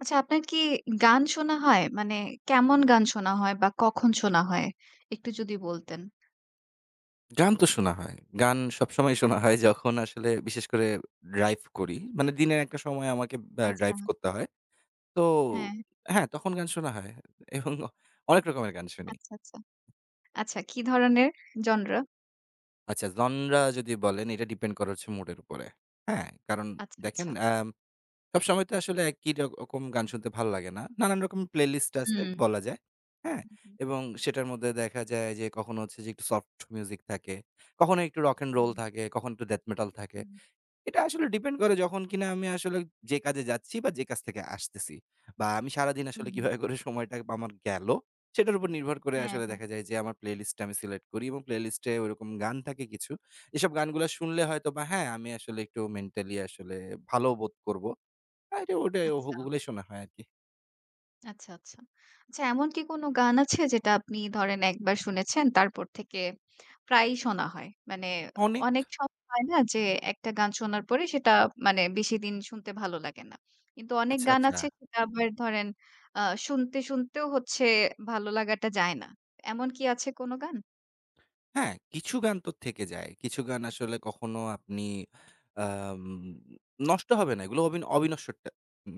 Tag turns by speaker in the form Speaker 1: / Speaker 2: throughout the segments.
Speaker 1: আচ্ছা আপনার কি গান শোনা হয়? মানে কেমন গান শোনা হয় বা কখন শোনা হয়? একটু যদি বলতেন।
Speaker 2: গান তো শোনা হয়। গান সবসময় শোনা হয় যখন আসলে বিশেষ করে ড্রাইভ করি। মানে দিনের একটা সময় আমাকে
Speaker 1: আচ্ছা।
Speaker 2: ড্রাইভ করতে হয়। তো
Speaker 1: হ্যাঁ।
Speaker 2: হ্যাঁ, তখন গান শোনা হয় এবং অনেক রকমের গান শুনি।
Speaker 1: আচ্ছা, আচ্ছা। আচ্ছা কি ধরনের? জনরা।
Speaker 2: আচ্ছা জনরা যদি বলেন এটা ডিপেন্ড করে হচ্ছে মুডের উপরে। হ্যাঁ, কারণ
Speaker 1: আচ্ছা,
Speaker 2: দেখেন
Speaker 1: আচ্ছা।
Speaker 2: সবসময় তো আসলে একই রকম গান শুনতে ভালো লাগে না। নানান রকম প্লেলিস্ট আছে
Speaker 1: হুম।
Speaker 2: বলা যায়। হ্যাঁ?
Speaker 1: হুম, হুম,
Speaker 2: এবং সেটার মধ্যে দেখা যায় যে কখনো হচ্ছে যে একটু সফট মিউজিক থাকে, কখনো একটু রক অ্যান্ড রোল
Speaker 1: হুম,
Speaker 2: থাকে, কখনো একটু ডেথ মেটাল থাকে।
Speaker 1: হুম,
Speaker 2: এটা আসলে ডিপেন্ড করে যখন কিনা আমি আসলে যে কাজে যাচ্ছি বা যে কাজ থেকে আসতেছি। বা আমি সারাদিন
Speaker 1: হুম,
Speaker 2: আসলে
Speaker 1: হুম।
Speaker 2: কিভাবে করে সময়টা আমার গেল, সেটার উপর নির্ভর করে
Speaker 1: হ্যাঁ,
Speaker 2: আসলে
Speaker 1: হ্যাঁ।
Speaker 2: দেখা যায় যে আমার প্লেলিস্ট টা আমি সিলেক্ট করি এবং প্লেলিস্ট এ ওইরকম গান থাকে কিছু। এসব গানগুলা শুনলে হয়তোবা হ্যাঁ, আমি আসলে একটু মেন্টালি আসলে ভালো বোধ করব। এটা ওটাই
Speaker 1: আচ্ছা।
Speaker 2: ওগুলাই শোনা হয় আরকি।
Speaker 1: আচ্ছা, আচ্ছা। আচ্ছা এমন কি কোনো গান আছে যেটা আপনি ধরেন একবার শুনেছেন তারপর থেকে প্রায়ই শোনা হয়? মানে
Speaker 2: অনেক।
Speaker 1: অনেক সময় হয় না যে একটা গান শোনার পরে সেটা মানে বেশিদিন শুনতে ভালো লাগে না। কিন্তু অনেক
Speaker 2: আচ্ছা,
Speaker 1: গান
Speaker 2: আচ্ছা।
Speaker 1: আছে সেটা আবার ধরেন আ শুনতে, শুনতেও হচ্ছে ভালো লাগাটা যায় না। এমন কি আছে কোনো গান?
Speaker 2: হ্যাঁ, কিছু গান তো থেকে যায়। কিছু গান আসলে কখনো আপনি আম নষ্ট হবে না। এগুলো অবিন অবিনশ্বর টা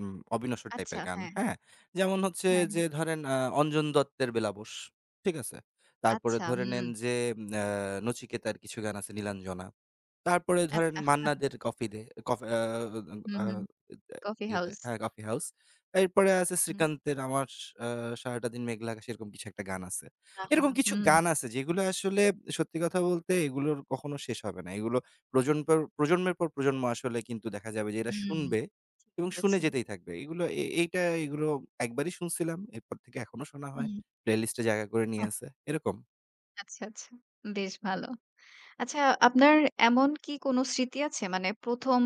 Speaker 2: উম অবিনশ্বর টাইপের
Speaker 1: আচ্ছা
Speaker 2: গান।
Speaker 1: হ্যাঁ,
Speaker 2: হ্যাঁ? যেমন হচ্ছে
Speaker 1: হ্যাঁ,
Speaker 2: যে
Speaker 1: হ্যাঁ।
Speaker 2: ধরেন অঞ্জন দত্তের 'বেলাবোস'। ঠিক আছে? তারপরে
Speaker 1: আচ্ছা,
Speaker 2: ধরে
Speaker 1: হুম,
Speaker 2: নেন যে আ নচিকেতার কিছু গান আছে 'নীলাঞ্জনা'। তারপরে ধরেন
Speaker 1: আচ্ছা।
Speaker 2: মান্নাদের কফি ডে কফ আ
Speaker 1: হুম,
Speaker 2: আ
Speaker 1: হুম। কফি
Speaker 2: ইয়ে দেয়
Speaker 1: হাউস।
Speaker 2: হ্যাঁ, কফি হাউস। এরপরে আছে
Speaker 1: হুম,
Speaker 2: শ্রীকান্তের আমার আ সারাটা দিন মেঘলা আকাশ এরকম কিছু একটা গান আছে।
Speaker 1: আহা!
Speaker 2: এরকম কিছু
Speaker 1: হুম,
Speaker 2: গান আছে যেগুলো আসলে সত্যি কথা বলতে এগুলোর কখনো শেষ হবে না। এগুলো প্রজন্ম প্রজন্মের পর প্রজন্ম আসলে কিন্তু দেখা যাবে যে এরা
Speaker 1: হুম।
Speaker 2: শুনবে
Speaker 1: ঠিক
Speaker 2: এবং শুনে
Speaker 1: বলেছেন।
Speaker 2: যেতেই থাকবে। এগুলো এ এইটা এগুলো একবারই শুনছিলাম। এরপর থেকে এখনো শোনা হয়।
Speaker 1: হুম।
Speaker 2: প্লেলিস্টে জায়গা করে নিয়ে আছে। এরকম।
Speaker 1: আচ্ছা, আচ্ছা। বেশ ভালো। আচ্ছা আপনার এমন কি কোনো স্মৃতি আছে? মানে ১ম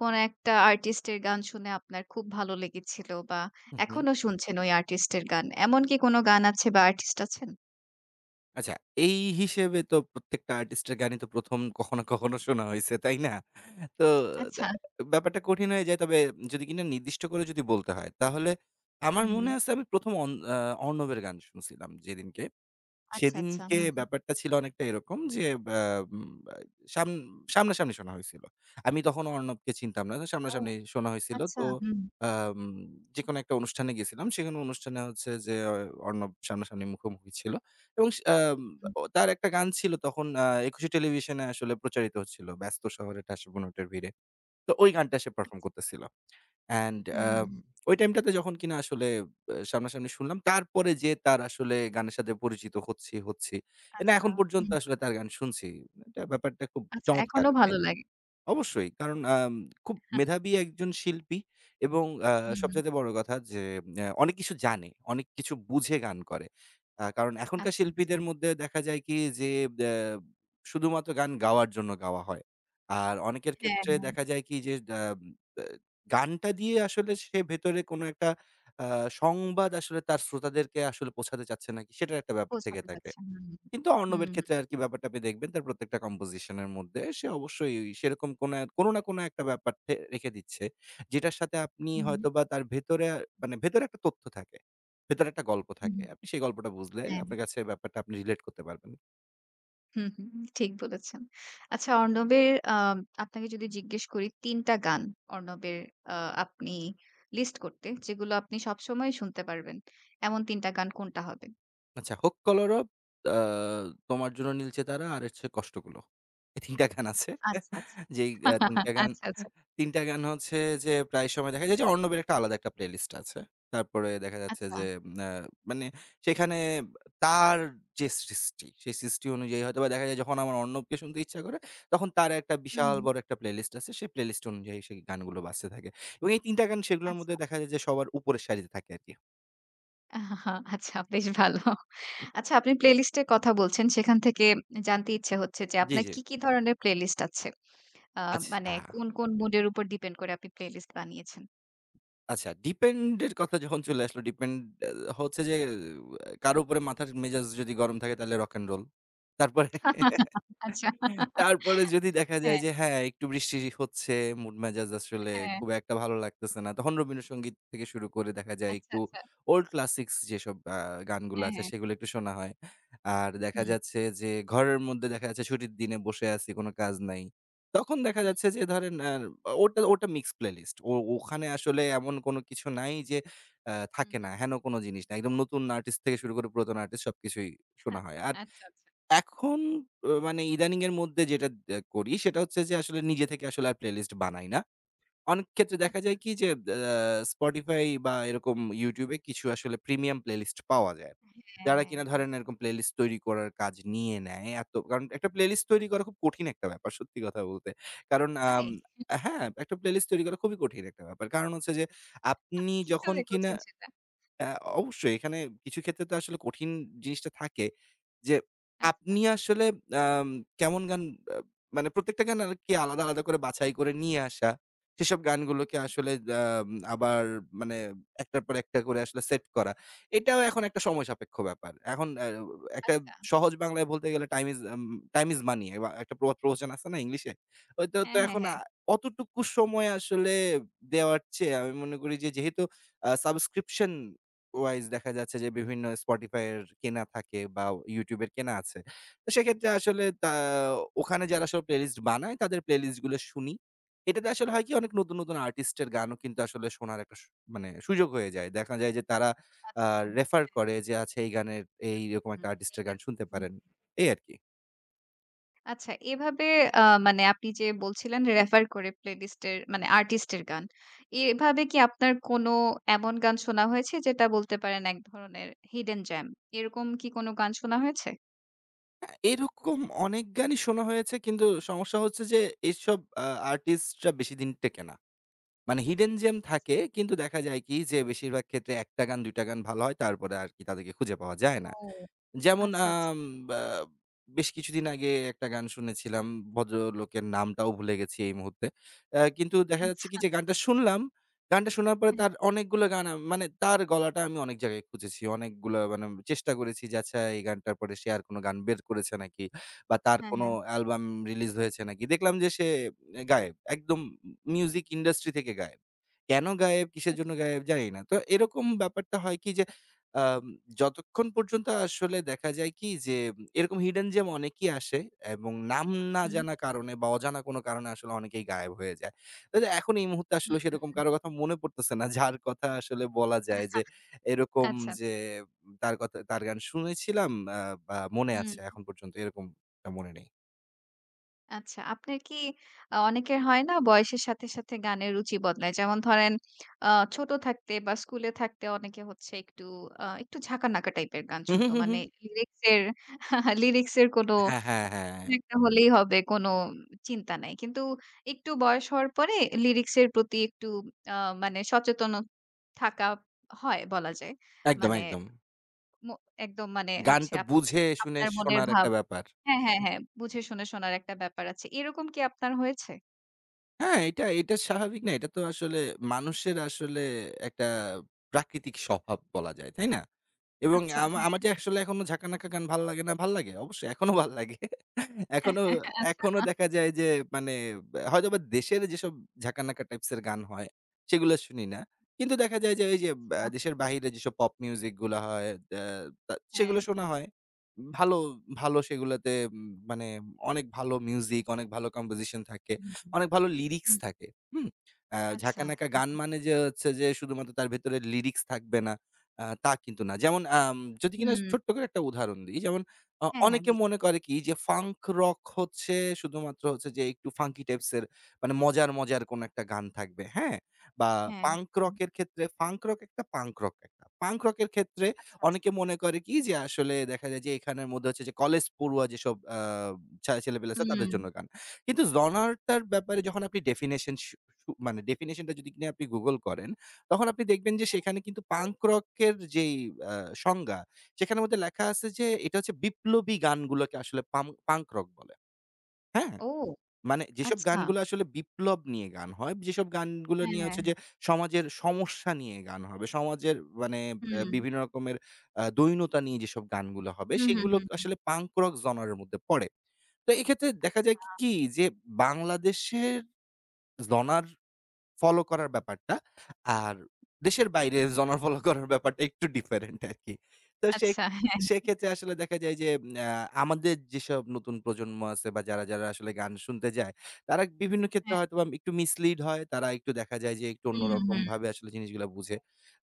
Speaker 1: কোনো একটা আর্টিস্টের গান শুনে আপনার খুব ভালো লেগেছিল বা
Speaker 2: হু, হু।
Speaker 1: এখনো শুনছেন ওই আর্টিস্টের গান। এমন কি কোনো গান আছে বা আর্টিস্ট আছেন?
Speaker 2: আচ্ছা, এই হিসেবে তো প্রত্যেকটা আর্টিস্টের গানই তো ১ম কখনো, কখনো শোনা হইছে, তাই না? তো দা
Speaker 1: আচ্ছা।
Speaker 2: ব্যাপারটা কঠিন হয়ে যায়। তবে যদি কিনা নির্দিষ্ট করে যদি বলতে হয়, তাহলে আমার
Speaker 1: হুম,
Speaker 2: মনে
Speaker 1: হুম।
Speaker 2: আছে আমি ১ম অন আ অর্ণবের গান শুনছিলাম যেদিনকে।
Speaker 1: আচ্ছা, আচ্ছা।
Speaker 2: সেদিনকে
Speaker 1: হুম।
Speaker 2: ব্যাপারটা ছিল অনেকটা এরকম যে ব্যা উম ব্যা সাম সামনাসামনি শোনা হইছিল। আমি তখনো অর্ণবকে চিনতাম না। তো
Speaker 1: ও
Speaker 2: সামনাসামনি শোনা হইছিল।
Speaker 1: আচ্ছা।
Speaker 2: তো
Speaker 1: হুম,
Speaker 2: আম যেকোনো একটা অনুষ্ঠানে গেছিলাম। সেখানে অনুষ্ঠানে হচ্ছে যে অর্ণব সামনাসামনি মুখোমুখি ছিল এবং সে
Speaker 1: হুম।
Speaker 2: তার একটা গান ছিল তখন একুশে টেলিভিশনে আসলে প্রচারিত হচ্ছিল। ব্যস্ত শহরে ঠাসে বুনোটের ভিড়ে। তো ওই গানটা সে
Speaker 1: আচ্ছা।
Speaker 2: পারফর্ম করতেছিল। অ্যান্ড
Speaker 1: হুম, হুম, হুম।
Speaker 2: ওই টাইমটাতে যখন কিনা আসলে সামনাসামনি শুনলাম, তারপরে যেয়ে তার আসলে গানের সাথে পরিচিত হচ্ছি। না
Speaker 1: আচ্ছা।
Speaker 2: এখন পর্যন্ত
Speaker 1: হুম।
Speaker 2: আসলে তার গান শুনছি। এটা ব্যাপারটা খুব
Speaker 1: আচ্ছা
Speaker 2: চমৎকার
Speaker 1: এখনো
Speaker 2: আরকি।
Speaker 1: ভালো লাগে।
Speaker 2: অবশ্যই। কারণ খুব মেধাবী একজন শিল্পী এবং
Speaker 1: হুম, হুম।
Speaker 2: সবচাইতে বড় কথা যে অনেক কিছু জানে, অনেক কিছু বুঝে গান করে। কারণ এখনকার
Speaker 1: আচ্ছা, আচ্ছা।
Speaker 2: শিল্পীদের মধ্যে দেখা যায় কি যে অ্যা শুধুমাত্র গান গাওয়ার জন্য গাওয়া হয়। আর অনেকের
Speaker 1: হ্যাঁ,
Speaker 2: ক্ষেত্রে
Speaker 1: হ্যাঁ।
Speaker 2: দেখা যায় কি যে আ আ গানটা দিয়ে আসলে সে ভেতরে কোনো একটা আ সংবাদ আসলে তার শ্রোতাদেরকে আসলে পৌঁছাতে চাচ্ছে নাকি সেটার একটা ব্যাপার থেকে
Speaker 1: পৌঁছাতে
Speaker 2: থাকে।
Speaker 1: চাচ্ছেন। হুম,
Speaker 2: কিন্তু অর্ণবের
Speaker 1: হুম।
Speaker 2: ক্ষেত্রে আরকি ব্যাপারটা আপনি দেখবেন তার প্রত্যেকটা কম্পোজিশন এর মধ্যে সে অবশ্যই সেরকম কোনো না কোনো একটা ব্যাপার রেখে দিচ্ছে। যেটার সাথে আপনি
Speaker 1: হুম, হুম,
Speaker 2: হয়তোবা তার ভেতরে মানে ভেতরে একটা তথ্য থাকে। ভেতরে একটা গল্প
Speaker 1: হুম,
Speaker 2: থাকে। আপনি সেই গল্পটা বুঝলে
Speaker 1: হ্যাঁ।
Speaker 2: আপনার কাছে ব্যাপারটা আপনি রিলেট করতে পারবেন।
Speaker 1: হুম, হুম, ঠিক বলেছেন। আচ্ছা অর্ণবের আপনাকে যদি জিজ্ঞেস করি ৩ টা গান অর্ণবের আ আপনি লিস্ট করতে যেগুলো আপনি সবসময় শুনতে পারবেন। এমন ৩ টা গান কোনটা হবে?
Speaker 2: আচ্ছা, হোক কলরব, আ তোমার জন্য নীলচে তারা আর হচ্ছে কষ্টগুলো। ৩ টা গান আছে।
Speaker 1: আচ্ছা, আচ্ছা।
Speaker 2: যেই আ ৩ টা গান
Speaker 1: আচ্ছা, আচ্ছা।
Speaker 2: ৩ টা গান হচ্ছে যে প্রায় সময় দেখা যায় যে অর্ণবের একটা আলাদা একটা প্লেলিস্ট আছে। তারপরে দেখা যাচ্ছে
Speaker 1: আচ্ছা।
Speaker 2: যে আ মানে সেখানে তার যে সৃষ্টি, সেই সৃষ্টি অনুযায়ী হয়তোবা দেখা যায় যখন আমার অর্ণবকে শুনতে ইচ্ছা করে, তখন তার একটা বিশাল
Speaker 1: হুম,
Speaker 2: বড় একটা প্লেলিস্ট আছে। সেই প্লেলিস্ট অনুযায়ী সেই গানগুলো বাজতে থাকে। এবং এই ৩ টা গান সেগুলোর মধ্যে
Speaker 1: আচ্ছা।
Speaker 2: দেখা যায় যে সবার উপরের সারিতে থাকে আরকি।
Speaker 1: আহা, আচ্ছা বেশ ভালো। আচ্ছা আপনি প্লেলিস্ট এর কথা বলছেন সেখান থেকে জানতে ইচ্ছে হচ্ছে যে
Speaker 2: জি,
Speaker 1: আপনার
Speaker 2: জি।
Speaker 1: কি, কি ধরনের প্লেলিস্ট আছে? আ মানে
Speaker 2: আচ্ছা।
Speaker 1: কোন, কোন মুড এর উপর ডিপেন্ড করে আপনি প্লেলিস্ট বানিয়েছেন?
Speaker 2: আচ্ছা ডিপেন্ড এর কথা যখন চলে আসলো, ডিপেন্ড আ হচ্ছে যে কারো উপরে মাথার মেজাজ যদি গরম থাকে তাহলে রক অ্যান্ড রোল। তারপরে
Speaker 1: আচ্ছা।
Speaker 2: তারপরে যদি দেখা যায়
Speaker 1: হ্যাঁ,
Speaker 2: যে হ্যাঁ, একটু বৃষ্টি হচ্ছে, মুড মেজাজ আসলে
Speaker 1: হ্যাঁ।
Speaker 2: খুব একটা ভালো লাগতেছে না। তখন রবীন্দ্রসঙ্গীত থেকে শুরু করে দেখা যায়
Speaker 1: আচ্ছা,
Speaker 2: একটু
Speaker 1: আচ্ছা।
Speaker 2: ওল্ড ক্লাসিকস যেসব গানগুলো
Speaker 1: হ্যাঁ,
Speaker 2: আছে
Speaker 1: হ্যাঁ।
Speaker 2: সেগুলো একটু শোনা হয়। আর দেখা
Speaker 1: হুম,
Speaker 2: যাচ্ছে যে ঘরের মধ্যে দেখা যাচ্ছে ছুটির দিনে বসে আছি, কোনো কাজ নাই। তখন দেখা
Speaker 1: হুম,
Speaker 2: যাচ্ছে যে ধরেন ওটা মিক্স প্লেলিস্ট। ওখানে আসলে এমন কোনো কিছু নাই যে
Speaker 1: হুম,
Speaker 2: থাকে না।
Speaker 1: হুম।
Speaker 2: হেন কোনো জিনিস না। একদম নতুন আর্টিস্ট থেকে শুরু করে পুরাতন আর্টিস্ট সবকিছুই
Speaker 1: হা
Speaker 2: শোনা হয়। আর
Speaker 1: আচ্ছা, আচ্ছা।
Speaker 2: এখন মানে ইদানিং এর মধ্যে যেটা করি সেটা হচ্ছে যে আসলে নিজে থেকে আসলে আর প্লেলিস্ট বানাই না। অনেক ক্ষেত্রে দেখা
Speaker 1: আচ্ছা।
Speaker 2: যায় কি যে Spotify বা এরকম YouTube এ কিছু আসলে প্রিমিয়াম প্লেলিস্ট পাওয়া যায়। যারা
Speaker 1: হ্যাঁ,
Speaker 2: কিনা
Speaker 1: হ্যাঁ।
Speaker 2: ধরেন এরকম প্লেলিস্ট তৈরি করার কাজ নিয়ে নেয়। এত কারণ একটা প্লেলিস্ট তৈরি করা খুব কঠিন একটা ব্যাপার সত্যি কথা বলতে। কারণ
Speaker 1: তাই?
Speaker 2: হ্যাঁ, একটা প্লেলিস্ট তৈরি করা খুবই কঠিন একটা ব্যাপার। কারণ হচ্ছে যে আপনি যখন
Speaker 1: কিভাবে
Speaker 2: কিনা
Speaker 1: কঠিন সেটা?
Speaker 2: অ্যা অবশ্যই এখানে কিছু ক্ষেত্রে তো আসলে কঠিন জিনিসটা থাকে যে
Speaker 1: আচ্ছা।
Speaker 2: আপনি আসলে আম কেমন গান আ মানে প্রত্যেকটা গান আরকি আলাদা, আলাদা করে বাছাই করে নিয়ে আসা। সেসব
Speaker 1: হুম,
Speaker 2: গানগুলোকে আসলে আম আবার মানে একটার পর একটা করে আসলে সেট করা। এটাও এখন একটা সময় সাপেক্ষ ব্যাপার। এখন একটা
Speaker 1: আচ্ছা।
Speaker 2: সহজ বাংলায় বলতে গেলে টাইম ইস মানি বা একটা প্রবাদ প্রবচন আছে না ইংলিশে? ওইটা তো তো
Speaker 1: হ্যাঁ, হ্যাঁ,
Speaker 2: এখন
Speaker 1: হ্যাঁ।
Speaker 2: অতটুকু সময় আসলে দেওয়ার চেয়ে আমি মনে করি যে যেহেতু সাবস্ক্রিপশন ওয়াইজ দেখা যাচ্ছে যে বিভিন্ন Spotify এর কেনা থাকে বা YouTube এর কেনা আছে। তো সেক্ষেত্রে আসলে ওখানে যারা আসলে প্লেলিস্ট বানায় তাদের প্লেলিস্ট গুলো শুনি। এটাতে আসলে হয় কি অনেক নতুন, নতুন আর্টিস্ট এর গানও কিন্তু আসলে শোনার একটা মানে সুযোগ হয়ে যায়। দেখা যায় যে তারা আ
Speaker 1: আচ্ছা। হ্যাঁ।
Speaker 2: রেফার করে যে আচ্ছা এই গানের
Speaker 1: হুম,
Speaker 2: এইরকম একটা
Speaker 1: হুম।
Speaker 2: আর্টিস্ট
Speaker 1: এই
Speaker 2: এর গান
Speaker 1: গান।
Speaker 2: শুনতে
Speaker 1: হুম।
Speaker 2: পারেন। এই আরকি।
Speaker 1: আচ্ছা এভাবে আ মানে আপনি যে বলছিলেন রেফার করে প্লেলিস্ট এর মানে আর্টিস্ট এর গান। এভাবে কি আপনার কোনো এমন গান শোনা হয়েছে যেটা বলতে পারেন এক ধরনের হিডেন জ্যাম? এরকম কি কোনো গান শোনা হয়েছে?
Speaker 2: হ্যাঁ, এরকম অনেক গানই শোনা হয়েছে কিন্তু সমস্যা হচ্ছে যে এসব আ আর্টিস্টরা বেশিদিন টেকে না। মানে হিডেন জেম
Speaker 1: আচ্ছা।
Speaker 2: থাকে কিন্তু দেখা যায় কি যে বেশিরভাগ ক্ষেত্রে ১ টা গান ২ টা গান ভালো হয় তারপরে আর কি তাদেরকে খুঁজে পাওয়া যায় না।
Speaker 1: ও
Speaker 2: যেমন
Speaker 1: আচ্ছা, আচ্ছা।
Speaker 2: বা বেশ কিছুদিন আগে একটা গান শুনেছিলাম, ভদ্রলোকের নামটাও ভুলে গেছি এই মুহূর্তে। কিন্তু দেখা যাচ্ছে
Speaker 1: আচ্ছা।
Speaker 2: কি যে গানটা শুনলাম, গানটা শোনার পরে
Speaker 1: হ্যাঁ,
Speaker 2: তার অনেকগুলো গান মানে তার গলাটা আমি অনেক জায়গায় খুঁজেছি। অনেকগুলা মানে চেষ্টা করেছি যে আচ্ছা এই গানটার পরে সে আর কোনো গান বের করেছে নাকি বা তার
Speaker 1: হ্যাঁ,
Speaker 2: কোনো
Speaker 1: হ্যাঁ।
Speaker 2: অ্যালবাম রিলিজ হয়েছে নাকি? দেখলাম যে সে গায়েব। একদম মিউজিক ইন্ডাস্ট্রি থেকে গায়েব। কেন গায়েব? কিসের জন্য
Speaker 1: ওকে।
Speaker 2: গায়েব? জানি না। তো এরকম ব্যাপারটা হয় কি যে আ যতক্ষণ পর্যন্ত আসলে দেখা যায় কি যে এরকম হিডেন জেম অনেকেই আসে এবং নাম না
Speaker 1: হুম,
Speaker 2: জানা কারণে বা অজানা কোনো কারণে আসলে অনেকেই গায়েব হয়ে যায়। তো যে এখন এই মুহূর্তে আসলে সেরকম কারো
Speaker 1: হুম।
Speaker 2: কথা মনে পড়তেছে না যার কথা আসলে বলা যায় যে এরকম
Speaker 1: আচ্ছা,
Speaker 2: যে
Speaker 1: আচ্ছা।
Speaker 2: তার কথা তার গান শুনেছিলাম আ বা মনে
Speaker 1: হুম,
Speaker 2: আছে এখন পর্যন্ত এরকমটা মনে নেই।
Speaker 1: আচ্ছা। আপনার কি অনেকের হয় না বয়সের সাথে, সাথে গানের রুচি বদলায়। যেমন ধরেন আ ছোট থাকতে বা স্কুলে থাকতে অনেকে হচ্ছে একটু একটু ঝাঁকানাকা টাইপের গান
Speaker 2: হু, হু,
Speaker 1: শুনতো।
Speaker 2: হু, হু।
Speaker 1: মানে লিরিক্স এর লিরিক্স এর কোনো,
Speaker 2: হ্যাঁ, হ্যাঁ, হ্যাঁ।
Speaker 1: কোনো একটা হলেই হবে কোনো চিন্তা নাই। কিন্তু একটু বয়স হওয়ার পরে লিরিক্স এর প্রতি একটু আ মানে সচেতন থাকা হয় বলা যায়।
Speaker 2: একদম,
Speaker 1: মানে
Speaker 2: একদম।
Speaker 1: মো একদম মানে হচ্ছে
Speaker 2: গানটা
Speaker 1: আপনি
Speaker 2: বুঝে শুনে
Speaker 1: আপনার মনের
Speaker 2: শোনার
Speaker 1: ভাব
Speaker 2: একটা ব্যাপার।
Speaker 1: হ্যাঁ, হ্যাঁ, হ্যাঁ। বুঝে শুনে শোনার একটা ব্যাপার আছে। এরকম কি আপনার হয়েছে?
Speaker 2: হ্যাঁ, এটা স্বাভাবিক না। এটা তো আসলে মানুষের আসলে একটা প্রাকৃতিক স্বভাব বলা যায়, তাই না? এবং
Speaker 1: আচ্ছা,
Speaker 2: আমা
Speaker 1: হ্যাঁ।
Speaker 2: আমার যে আসলে এখনো ঝাঁকানাকা গান ভাল লাগে না, ভাল লাগে। অবশ্যই এখনো ভাল লাগে। এখনো,
Speaker 1: আচ্ছা।
Speaker 2: এখনো দেখা যায় যে মানে হয়তোবা দেশের যেসব ঝাঁকানাকা টাইপস এর গান হয়, সেগুলো শুনি না। কিন্তু দেখা যায় যে ওই যে দেশের বাহিরে যেসব পপ মিউজিক গুলা হয়, আ তা
Speaker 1: হ্যাঁ।
Speaker 2: সেগুলো শোনা হয়। ভালো, ভালো সেগুলাতে মানে অনেক ভালো মিউজিক, অনেক ভালো কম্পোজিশন থাকে।
Speaker 1: হুম,
Speaker 2: অনেক ভালো লিরিক্স
Speaker 1: হুম।
Speaker 2: থাকে। হুম?
Speaker 1: আচ্ছা।
Speaker 2: ঝাঁকানাকা গান
Speaker 1: হ্যাঁ।
Speaker 2: মানে যে হচ্ছে যে শুধুমাত্র তার ভেতরে লিরিক্স থাকবে না, তা কিন্তু না। যেমন যদি কিনা
Speaker 1: হুম।
Speaker 2: ছোট্ট করে একটা উদাহরণ দিই। যেমন
Speaker 1: হ্যাঁ, হ্যাঁ।
Speaker 2: অনেকে
Speaker 1: দিন।
Speaker 2: মনে করে কি যে ফাঙ্ক রক হচ্ছে শুধুমাত্র হচ্ছে যে একটু ফাঙ্কি টাইপস এর মানে মজার, মজার কোন একটা গান থাকবে। হ্যাঁ? বা
Speaker 1: হ্যাঁ,
Speaker 2: পাঙ্ক
Speaker 1: হ্যাঁ।
Speaker 2: রক এর ক্ষেত্রে ফাঙ্ক রক একটা, পাঙ্ক রক একটা। পাঙ্ক রক এর ক্ষেত্রে
Speaker 1: আচ্ছা, আচ্ছা।
Speaker 2: অনেকে মনে করে কি যে আসলে দেখা যায় যে এখানের মধ্যে হচ্ছে যে কলেজ পড়ুয়া যেসব আ ছা ছেলেপেলে আছে তাদের
Speaker 1: হুম।
Speaker 2: জন্য গান। কিন্তু জনার্টার ব্যাপারে যখন আপনি ডেফিনেশন শু শু মানে ডেফিনেশনটা যদি কিনা আপনি গুগল করেন, তখন আপনি দেখবেন যে সেখানে কিন্তু পাঙ্ক রকের যেই আ সংজ্ঞা, সেখানের মধ্যে লেখা আছে যে এটা হচ্ছে বিপ্লবী গানগুলোকে আসলে পাঙ্ক রক বলে। হ্যাঁ?
Speaker 1: ও!
Speaker 2: মানে যেসব
Speaker 1: আচ্ছা।
Speaker 2: গানগুলো আসলে বিপ্লব নিয়ে গান হয়, যেসব গানগুলো
Speaker 1: হ্যাঁ,
Speaker 2: নিয়ে
Speaker 1: হ্যাঁ,
Speaker 2: হচ্ছে যে
Speaker 1: হ্যাঁ।
Speaker 2: সমাজের সমস্যা নিয়ে গান হবে, সমাজের মানে
Speaker 1: হুম।
Speaker 2: বিভিন্ন রকমের দৈন্যতা নিয়ে যেসব গানগুলো হবে,
Speaker 1: হুম, হুম,
Speaker 2: সেগুলো
Speaker 1: হুম, হুম।
Speaker 2: আসলে পাঙ্ক রক জনার এর মধ্যে পড়ে। তো এক্ষেত্রে দেখা যায় কি
Speaker 1: আচ্ছা।
Speaker 2: কি যে বাংলাদেশের জনার ফলো করার ব্যাপারটা। আর দেশের বাইরে জনার ফলো করার ব্যাপারটা একটু ডিফারেন্ট আরকি। তো সে
Speaker 1: আচ্ছা। হ্যাঁ, হ্যাঁ,
Speaker 2: সেক্ষেত্রে আসলে দেখা যায় যে আ আমাদের যেসব নতুন প্রজন্ম আছে বা যারা আসলে গান শুনতে যায়, তারা বিভিন্ন ক্ষেত্রে
Speaker 1: হ্যাঁ।
Speaker 2: হয়তোবা একটু মিসলিড হয়। তারা একটু দেখা যায় যে একটু
Speaker 1: হুম, হুম।
Speaker 2: অন্যরকমভাবে আসলে জিনিসগুলা বুঝে।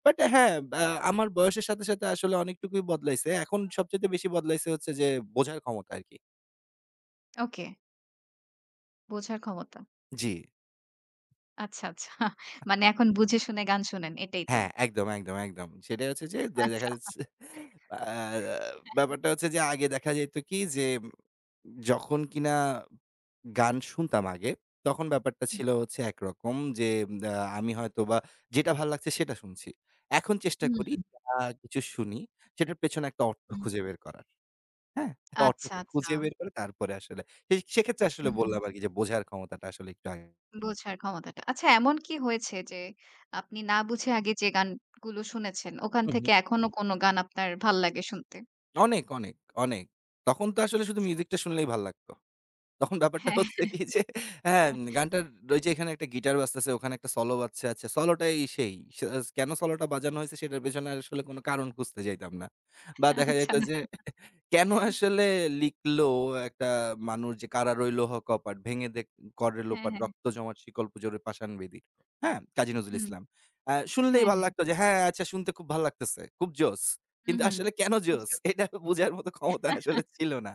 Speaker 2: বাট হ্যাঁ, আ আমার বয়সের সাথে আসলে অনেকটুকুই বদলাইছে। এখন সবচাইতে বেশি বদলাইছে হচ্ছে যে বোঝার ক্ষমতা আরকি।
Speaker 1: ওকে। বোঝার ক্ষমতা।
Speaker 2: জি।
Speaker 1: আচ্ছা, আচ্ছা। মানে এখন বুঝে শুনে গান শোনেন এটাই তো?
Speaker 2: হ্যাঁ, একদম, একদম, একদম। সেটাই হচ্ছে যে দেখা
Speaker 1: আচ্ছা।
Speaker 2: যাচ্ছে আ
Speaker 1: হ্যাঁ,
Speaker 2: ব্যাপারটা হচ্ছে যে আগে দেখা যেত কি যে যখন কিনা গান শুনতাম আগে, তখন ব্যাপারটা
Speaker 1: হ্যাঁ।
Speaker 2: ছিল হচ্ছে একরকম যে আ আমি হয়তোবা যেটা ভাল লাগছে সেটা শুনছি। এখন চেষ্টা
Speaker 1: হুম,
Speaker 2: করি
Speaker 1: হুম।
Speaker 2: আ কিছু শুনি সেটার পেছনে একটা অর্থ খুঁজে বের করার। হ্যাঁ?
Speaker 1: আচ্ছা,
Speaker 2: অর্থটা
Speaker 1: আচ্ছা।
Speaker 2: খুঁজে বের করে তারপরে আসলে সেক্ষেত্রে আসলে
Speaker 1: হুম।
Speaker 2: বললাম আরকি যে বোঝার ক্ষমতাটা আসলে একটু আগে
Speaker 1: বোঝার ক্ষমতাটা। আচ্ছা এমন কি হয়েছে যে আপনি না বুঝে আগে যে গানগুলো শুনেছেন ওখান
Speaker 2: হুম, হুম।
Speaker 1: থেকে এখনো কোনো গান আপনার ভাল লাগে শুনতে?
Speaker 2: অনেক, অনেক, অনেক। তখন তো আসলে শুধু
Speaker 1: আচ্ছা।
Speaker 2: মিউজিকটা শুনলেই ভাল লাগতো। তখন ব্যাপারটা
Speaker 1: হ্যাঁ,
Speaker 2: হচ্ছে কি যে হ্যাঁ, গানটার ওই যে এখানে একটা গিটার বাজতেছে, ওখানে একটা সলো বাজছে। আচ্ছা সলোটাই সেই। কেন সলোটা বাজানো হয়েছে সেটার পেছনে আসলে কোনো কারণ খুঁজতে যাইতাম না। বা দেখা
Speaker 1: আচ্ছা।
Speaker 2: যাইত যে কেন আসলে লিখলো একটা মানুষ যে কারা রইল হ কপাট ভেঙে দে করে
Speaker 1: হ্যাঁ,
Speaker 2: লোপাট
Speaker 1: হ্যাঁ।
Speaker 2: রক্ত জমাট শিকল পুজোরে পাষাণ বেদি। হ্যাঁ? কাজী নজরুল
Speaker 1: হুম।
Speaker 2: ইসলাম। শুনলেই
Speaker 1: হ্যাঁ,
Speaker 2: ভাল
Speaker 1: হ্যাঁ।
Speaker 2: লাগতো যে হ্যাঁ, আচ্ছা শুনতে খুব ভাল লাগতেছে। খুব জোস।
Speaker 1: হুম,
Speaker 2: কিন্তু
Speaker 1: হুম।
Speaker 2: আসলে কেন
Speaker 1: খুব
Speaker 2: জোস?
Speaker 1: জোর।
Speaker 2: এটা বুঝার মতো ক্ষমতা আসলে ছিল না।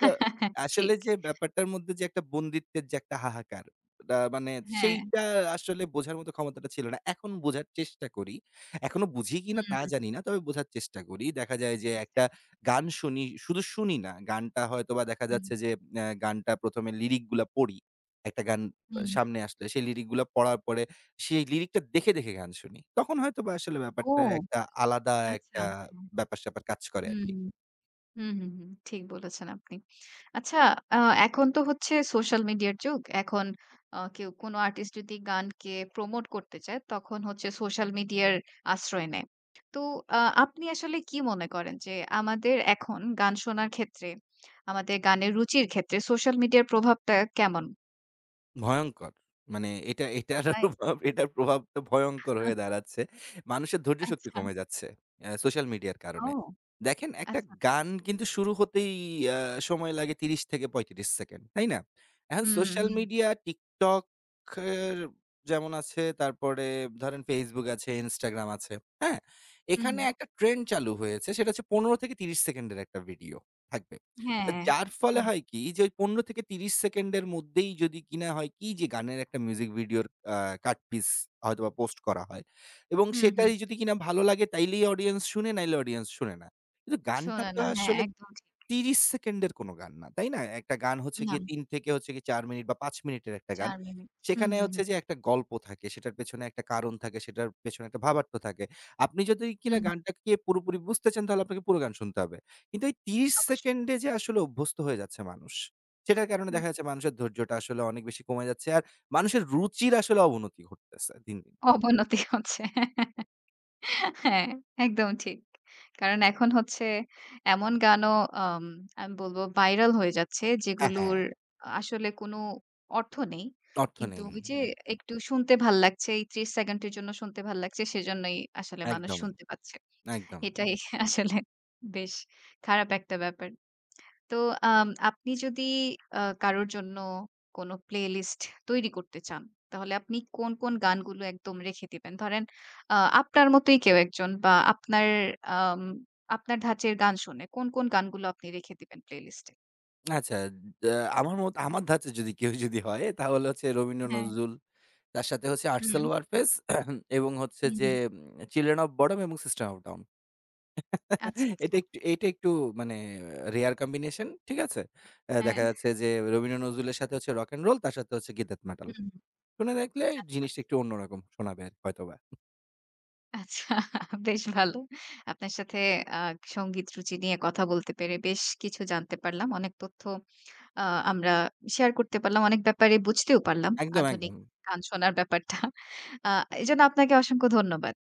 Speaker 2: তো আসলে
Speaker 1: ঠিক।
Speaker 2: যে ব্যাপারটার মধ্যে যে একটা বন্দিত্বের যে একটা হাহাকার, এটা মানে
Speaker 1: হ্যাঁ।
Speaker 2: সেইটা আসলে বোঝার মতো ক্ষমতাটা ছিল না। এখন বোঝার চেষ্টা করি। এখনো বুঝি কিনা তা
Speaker 1: হুম।
Speaker 2: জানি না। তবে বোঝার চেষ্টা করি। দেখা যায় যে
Speaker 1: চেষ্টা
Speaker 2: একটা
Speaker 1: করি।
Speaker 2: গান শুনি, শুধু শুনি না, গানটা হয়তোবা দেখা
Speaker 1: হুম,
Speaker 2: যাচ্ছে যে গানটা ১ম এ লিরিক গুলা পড়ি। একটা গান
Speaker 1: হুম, হুম।
Speaker 2: সামনে আসলে সেই লিরিক গুলা পড়ার পরে সেই লিরিকটা দেখে গান শুনি। তখন হয়তোবা আসলে ব্যাপারটা
Speaker 1: ও!
Speaker 2: একটা আলাদা
Speaker 1: আচ্ছা।
Speaker 2: একটা
Speaker 1: হ্যাঁ।
Speaker 2: ব্যাপার-স্যাপার কাজ করে আরকি।
Speaker 1: হুম। হুম, হুম, হুম। ঠিক বলেছেন আপনি। আচ্ছা আ এখন তো হচ্ছে সোশ্যাল মিডিয়ার যুগ। এখন কেউ কোনো আর্টিস্ট যদি গানকে প্রমোট করতে চায়, তখন হচ্ছে সোশ্যাল মিডিয়ার আশ্রয় নেয়। তো আ আপনি আসলে কি মনে করেন যে আমাদের এখন গান শোনার ক্ষেত্রে, আমাদের গানের রুচির ক্ষেত্রে সোশ্যাল মিডিয়ার প্রভাবটা কেমন?
Speaker 2: ভয়ংকর। মানে
Speaker 1: তাই?
Speaker 2: এটার প্রভাবটা ভয়ংকর হয়ে দাঁড়াচ্ছে। মানুষের ধৈর্য শক্তি
Speaker 1: আচ্ছা।
Speaker 2: কমে যাচ্ছে সোশ্যাল মিডিয়ার
Speaker 1: ও!
Speaker 2: কারণে। দেখেন একটা
Speaker 1: আচ্ছা, আচ্ছা।
Speaker 2: গান কিন্তু শুরু হতেই আ সময় লাগে ৩০ থেকে ৩৫ সেকেন্ড, তাই না? এখন
Speaker 1: হুম,
Speaker 2: সোশ্যাল
Speaker 1: হুম,
Speaker 2: মিডিয়া TikTok এর যেমন আছে, তারপরে ধরেন Facebook আছে, Instagram আছে, হ্যাঁ?
Speaker 1: হুম,
Speaker 2: এখানে
Speaker 1: হুম।
Speaker 2: একটা ট্রেন্ড চালু হয়েছে সেটা হচ্ছে ১৫ থেকে ৩০ সেকেন্ডের একটা ভিডিও থাকবে। তো
Speaker 1: হ্যাঁ,
Speaker 2: যার ফলে
Speaker 1: হ্যাঁ। হ্যাঁ।
Speaker 2: হয় কি যে ওই ১৫ থেকে ৩০ সেকেন্ডের মধ্যেই যদি কিনা হয় কি যে গানের একটা মিউজিক ভিডিওর আ কাট পিস হয়তোবা পোস্ট করা হয় এবং
Speaker 1: হুম, হুম।
Speaker 2: সেটাই যদি কিনা ভালো লাগে তাইলেই অডিয়েন্স শুনে, নাইলে অডিয়েন্স শুনে না। কিন্তু গানটা
Speaker 1: শোনে
Speaker 2: তো
Speaker 1: না। হ্যাঁ,
Speaker 2: আসলে
Speaker 1: একদম ঠিক।
Speaker 2: ৩০ সেকেন্ডের কোনো গান না, তাই না? একটা গান হচ্ছে
Speaker 1: না,
Speaker 2: গিয়ে ৩ থেকে হচ্ছে গিয়ে ৪ মিনিট বা ৫ মিনিটের একটা গান।
Speaker 1: ৪ মিনিট। হুম,
Speaker 2: সেখানে
Speaker 1: হুম,
Speaker 2: হচ্ছে
Speaker 1: হুম।
Speaker 2: যে একটা গল্প থাকে, সেটার পেছনে একটা কারণ থাকে, সেটার পেছনে একটা ভাবার্থ থাকে। আপনি যদি কিনা
Speaker 1: হুম, হুম।
Speaker 2: গানটাকে পুরোপুরি বুঝতে চান তাহলে আপনাকে পুরো গান শুনতে হবে। কিন্তু এই ৩০
Speaker 1: অবশ্যই।
Speaker 2: সেকেন্ডে যে আসলে অভ্যস্ত হয়ে যাচ্ছে মানুষ, সেটার কারণে দেখা যাচ্ছে মানুষের ধৈর্যটা আসলে অনেক বেশি কমে যাচ্ছে। আর মানুষের রুচির আসলে অবনতি ঘটতেছে দিন, দিন।
Speaker 1: অবনতি হচ্ছে। হ্যাঁ, একদম ঠিক। কারণ এখন হচ্ছে এমন গানও আম আমি বলবো ভাইরাল হয়ে যাচ্ছে
Speaker 2: হ্যাঁ, হ্যাঁ,
Speaker 1: যেগুলোর আসলে কোনো অর্থ নেই।
Speaker 2: অর্থ
Speaker 1: কিন্তু
Speaker 2: নেই।
Speaker 1: ওই যে
Speaker 2: হুম,
Speaker 1: একটু শুনতে ভাল লাগছে, এই ৩০ সেকেন্ডের জন্য শুনতে ভাল লাগছে সেজন্যই আসলে মানুষ
Speaker 2: একদম,
Speaker 1: শুনতে পাচ্ছে।
Speaker 2: একদম।
Speaker 1: এটাই আসলে বেশ খারাপ একটা ব্যাপার। তো আপনি যদি কারোর জন্য কোনো প্লেলিস্ট তৈরি করতে চান, তাহলে আপনি কোন, কোন গানগুলো একদম রেখে দিবেন? ধরেন আ আপনার মতোই কেউ একজন বা আপনার আম আপনার ধাঁচের গান শোনে। কোন, কোন গানগুলো আপনি রেখে দিবেন প্লেলিস্টে?
Speaker 2: আচ্ছা, আ আমার মত আমার ধাঁচে যদি কেউ যদি হয় তাহলে হচ্ছে রবীন্দ্র
Speaker 1: হ্যাঁ।
Speaker 2: নজরুল, তার সাথে হচ্ছে আর্টসেল
Speaker 1: হুম,
Speaker 2: ওয়ারফেজ এবং হচ্ছে
Speaker 1: হুম,
Speaker 2: যে
Speaker 1: হুম।
Speaker 2: 'চিলড্রেন অফ বডম' এবং 'সিস্টেম অফ ডাউন'
Speaker 1: আচ্ছা, আচ্ছা।
Speaker 2: এটা একটু মানে রেয়ার কম্বিনেশন, ঠিক আছে?
Speaker 1: হ্যাঁ।
Speaker 2: দেখা যাচ্ছে যে রবীন্দ্র নজরুলের সাথে হচ্ছে রক অ্যান্ড রোল, তার সাথে হচ্ছে গীতাত মেটাল।
Speaker 1: হুম, হুম,
Speaker 2: শুনে দেখলে
Speaker 1: আচ্ছা, আচ্ছা।
Speaker 2: জিনিসটা একটু অন্যরকম শোনাবে আরকি হয়তোবা।
Speaker 1: আচ্ছা বেশ ভালো। আপনার সাথে আ সংগীত রুচি নিয়ে কথা বলতে পেরে বেশ কিছু জানতে পারলাম। অনেক তথ্য আ আমরা শেয়ার করতে পারলাম। অনেক ব্যাপারে বুঝতেও পারলাম।
Speaker 2: একদম,
Speaker 1: আধুনিক
Speaker 2: একদম।
Speaker 1: গান শোনার ব্যাপারটা। আ এজন্য আপনাকে অসংখ্য ধন্যবাদ।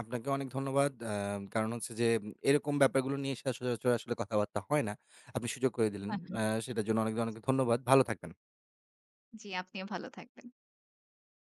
Speaker 2: আপনাকে অনেক ধন্যবাদ। কারণ হচ্ছে যে এরকম ব্যাপারগুলো নিয়ে সচরাচর আসলে কথাবার্তা হয় না। আপনি সুযোগ করে দিলেন।
Speaker 1: হ্যাঁ, হ্যাঁ।
Speaker 2: সেটার জন্য অনেক, অনেক ধন্যবাদ। ভালো থাকবেন।
Speaker 1: জি, আপনিও ভালো থাকবেন।